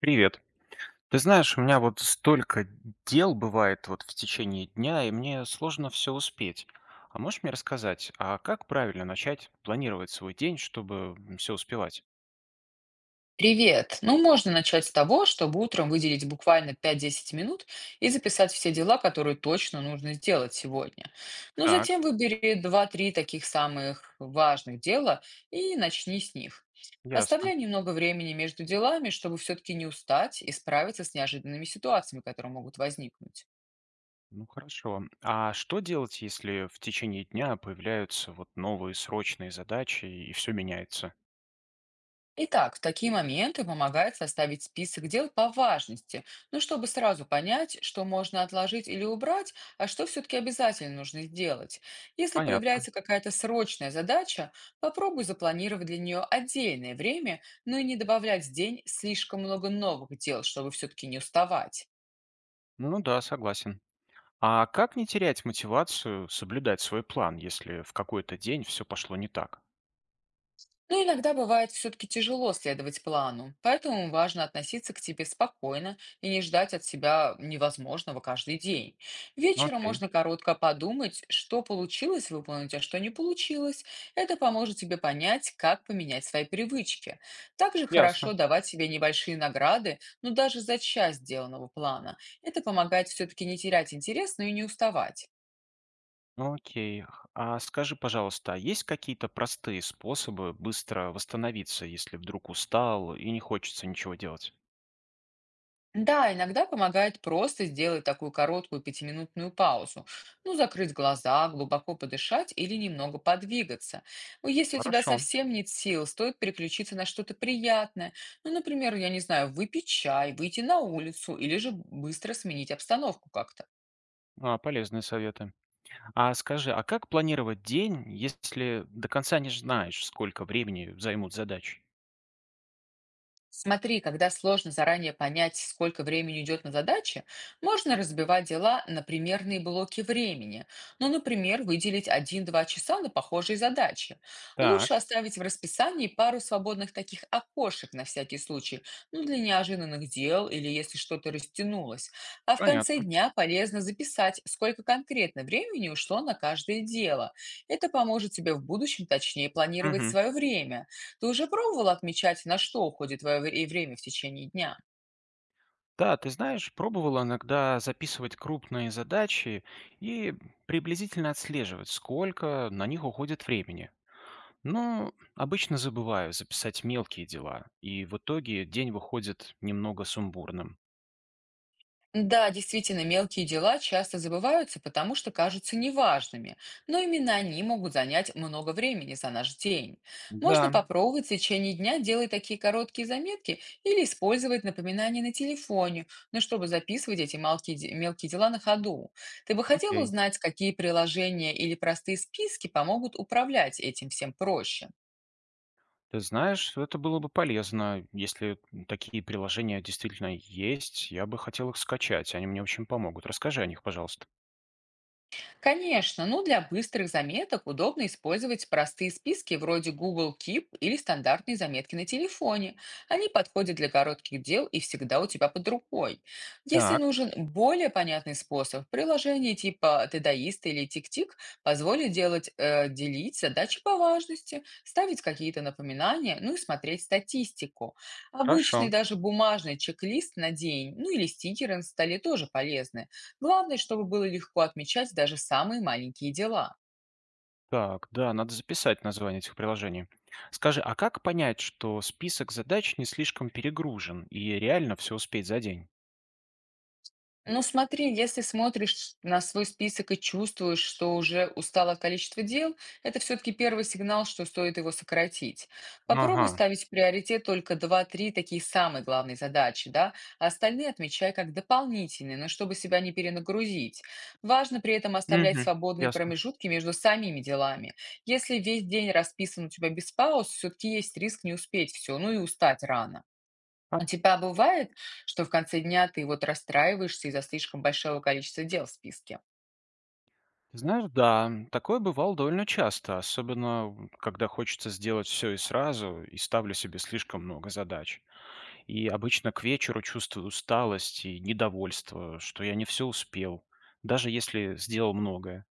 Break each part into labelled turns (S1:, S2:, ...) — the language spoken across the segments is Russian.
S1: Привет. Ты знаешь, у меня вот столько дел бывает вот в течение дня, и мне сложно все успеть. А можешь мне рассказать, а как правильно начать планировать свой день, чтобы все успевать?
S2: Привет. Ну, можно начать с того, чтобы утром выделить буквально 5–10 минут и записать все дела, которые точно нужно сделать сегодня. Ну,
S1: Так,
S2: затем выбери два-три таких самых важных дела и начни с них.
S1: ясно.
S2: Оставляй немного времени между делами, чтобы все-таки не устать и справиться с неожиданными ситуациями, которые могут возникнуть.
S1: Ну хорошо. А что делать, если в течение дня появляются вот новые срочные задачи и все меняется?
S2: Итак, в такие моменты помогает составить список дел по важности, ну, чтобы сразу понять, что можно отложить или убрать, а что все-таки обязательно нужно сделать. Если
S1: Понятно.
S2: появляется какая-то срочная задача, попробуй запланировать для нее отдельное время, но и не добавлять в день слишком много новых дел, чтобы все-таки не уставать.
S1: Ну да, согласен. А как не терять мотивацию соблюдать свой план, если в какой-то день все пошло не так?
S2: Но иногда бывает все-таки тяжело следовать плану, поэтому важно относиться к тебе спокойно и не ждать от себя невозможного каждый день. Вечером
S1: Окей,
S2: можно коротко подумать, что получилось выполнить, а что не получилось. Это поможет тебе понять, как поменять свои привычки. Также хорошо
S1: ясно.
S2: давать себе небольшие награды, но даже за часть сделанного плана. Это помогает все-таки не терять интерес, но и не уставать.
S1: Ну, окей. А скажи, пожалуйста, а есть какие-то простые способы быстро восстановиться, если вдруг устал и не хочется ничего делать?
S2: Да, иногда помогает просто сделать такую короткую пятиминутную паузу. Ну, закрыть глаза, глубоко подышать или немного подвигаться. Ну, если у тебя
S1: Хорошо.
S2: совсем нет сил, стоит переключиться на что-то приятное. Ну, например, я не знаю, выпить чай, выйти на улицу или же быстро сменить обстановку как-то.
S1: А, полезные советы. А скажи, а как планировать день, если до конца не знаешь, сколько времени займут задачи?
S2: Смотри, когда сложно заранее понять, сколько времени идет на задачи, можно разбивать дела на примерные блоки времени. Ну, например, выделить 1–2 часа на похожие задачи.
S1: Так,
S2: Лучше оставить в расписании пару свободных таких окошек на всякий случай, ну, для неожиданных дел или если что-то растянулось. А в конце
S1: понятно.
S2: дня полезно записать, сколько конкретно времени ушло на каждое дело. Это поможет тебе в будущем точнее планировать
S1: Мгм.
S2: свое время. Ты уже пробовала отмечать, на что уходит твое время в течение дня?
S1: Да, ты знаешь, пробовала иногда записывать крупные задачи и приблизительно отслеживать, сколько на них уходит времени. Ну, обычно забываю записать мелкие дела, и в итоге день выходит немного сумбурным.
S2: Да, действительно, мелкие дела часто забываются, потому что кажутся неважными, но именно они могут занять много времени за наш день. Можно
S1: Да,
S2: попробовать в течение дня делать такие короткие заметки или использовать напоминания на телефоне, но чтобы записывать эти мелкие дела на ходу. Ты бы хотела
S1: окей.
S2: узнать, какие приложения или простые списки помогут управлять этим всем проще?
S1: Ты знаешь, это было бы полезно, если такие приложения действительно есть. Я бы хотел их скачать, они мне очень помогут. Расскажи о них, пожалуйста.
S2: Конечно, ну для быстрых заметок удобно использовать простые списки вроде Google Keep или стандартные заметки на телефоне. Они подходят для коротких дел и всегда у тебя под рукой. Если
S1: Так,
S2: нужен более понятный способ, приложение типа Тедаиста или Тик-Тик позволит делать, делить задачи по важности, ставить какие-то напоминания, ну и смотреть статистику.
S1: хорошо.
S2: Обычный даже бумажный чек-лист на день, ну или стикеры на столе тоже полезны. Главное, чтобы было легко отмечать даже самые маленькие дела.
S1: Так, да, надо записать название этих приложений. Скажи, а как понять, что список задач не слишком перегружен и реально все успеть за день?
S2: Но смотри, если смотришь на свой список и чувствуешь, что уже устало количество дел, это все-таки первый сигнал, что стоит его сократить.
S1: Ага,
S2: Попробуй ставить в приоритет только два-три такие самые главные задачи, да, а остальные отмечай как дополнительные, но чтобы себя не перенагрузить. Важно при этом оставлять
S1: угу,
S2: свободные
S1: ясно.
S2: промежутки между самими делами. Если весь день расписан у тебя без пауз, все-таки есть риск не успеть все, ну и устать рано. У тебя бывает, что в конце дня ты вот расстраиваешься из-за слишком большого количества дел в списке?
S1: Знаешь, да, такое бывало довольно часто, особенно когда хочется сделать все и сразу, и ставлю себе слишком много задач. И обычно к вечеру чувствую усталость и недовольство, что я не все успел, даже если сделал многое.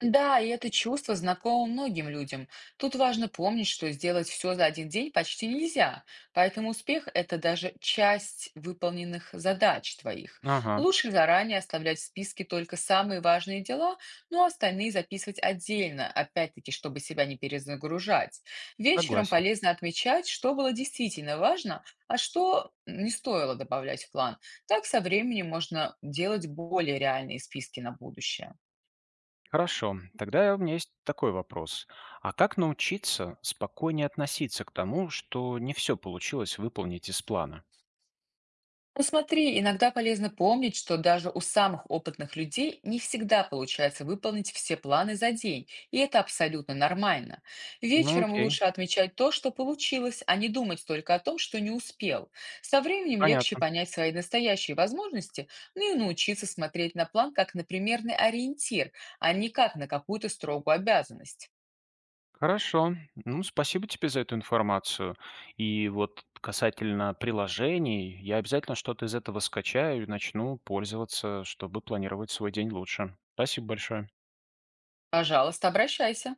S2: Да, и это чувство знакомо многим людям. Тут важно помнить, что сделать все за один день почти нельзя, поэтому успех — это даже часть выполненных задач твоих.
S1: Ага,
S2: Лучше заранее оставлять в списке только самые важные дела, но остальные записывать отдельно, опять-таки, чтобы себя не перезагружать. Вечером
S1: согласен.
S2: полезно отмечать, что было действительно важно, а что не стоило добавлять в план. Так со временем можно делать более реальные списки на будущее.
S1: Хорошо, тогда у меня есть такой вопрос. А как научиться спокойнее относиться к тому, что не все получилось выполнить из плана?
S2: Ну смотри, иногда полезно помнить, что даже у самых опытных людей не всегда получается выполнить все планы за день, и это абсолютно нормально.
S1: Ну
S2: Вечером
S1: окей,
S2: лучше отмечать то, что получилось, а не думать только о том, что не успел. Со временем легче
S1: понятно.
S2: понять свои настоящие возможности, ну и научиться смотреть на план как на примерный ориентир, а не как на какую-то строгую обязанность.
S1: Хорошо. Ну, спасибо тебе за эту информацию. И вот касательно приложений, я обязательно что-то из этого скачаю и начну пользоваться, чтобы планировать свой день лучше. Спасибо большое.
S2: Пожалуйста, обращайся.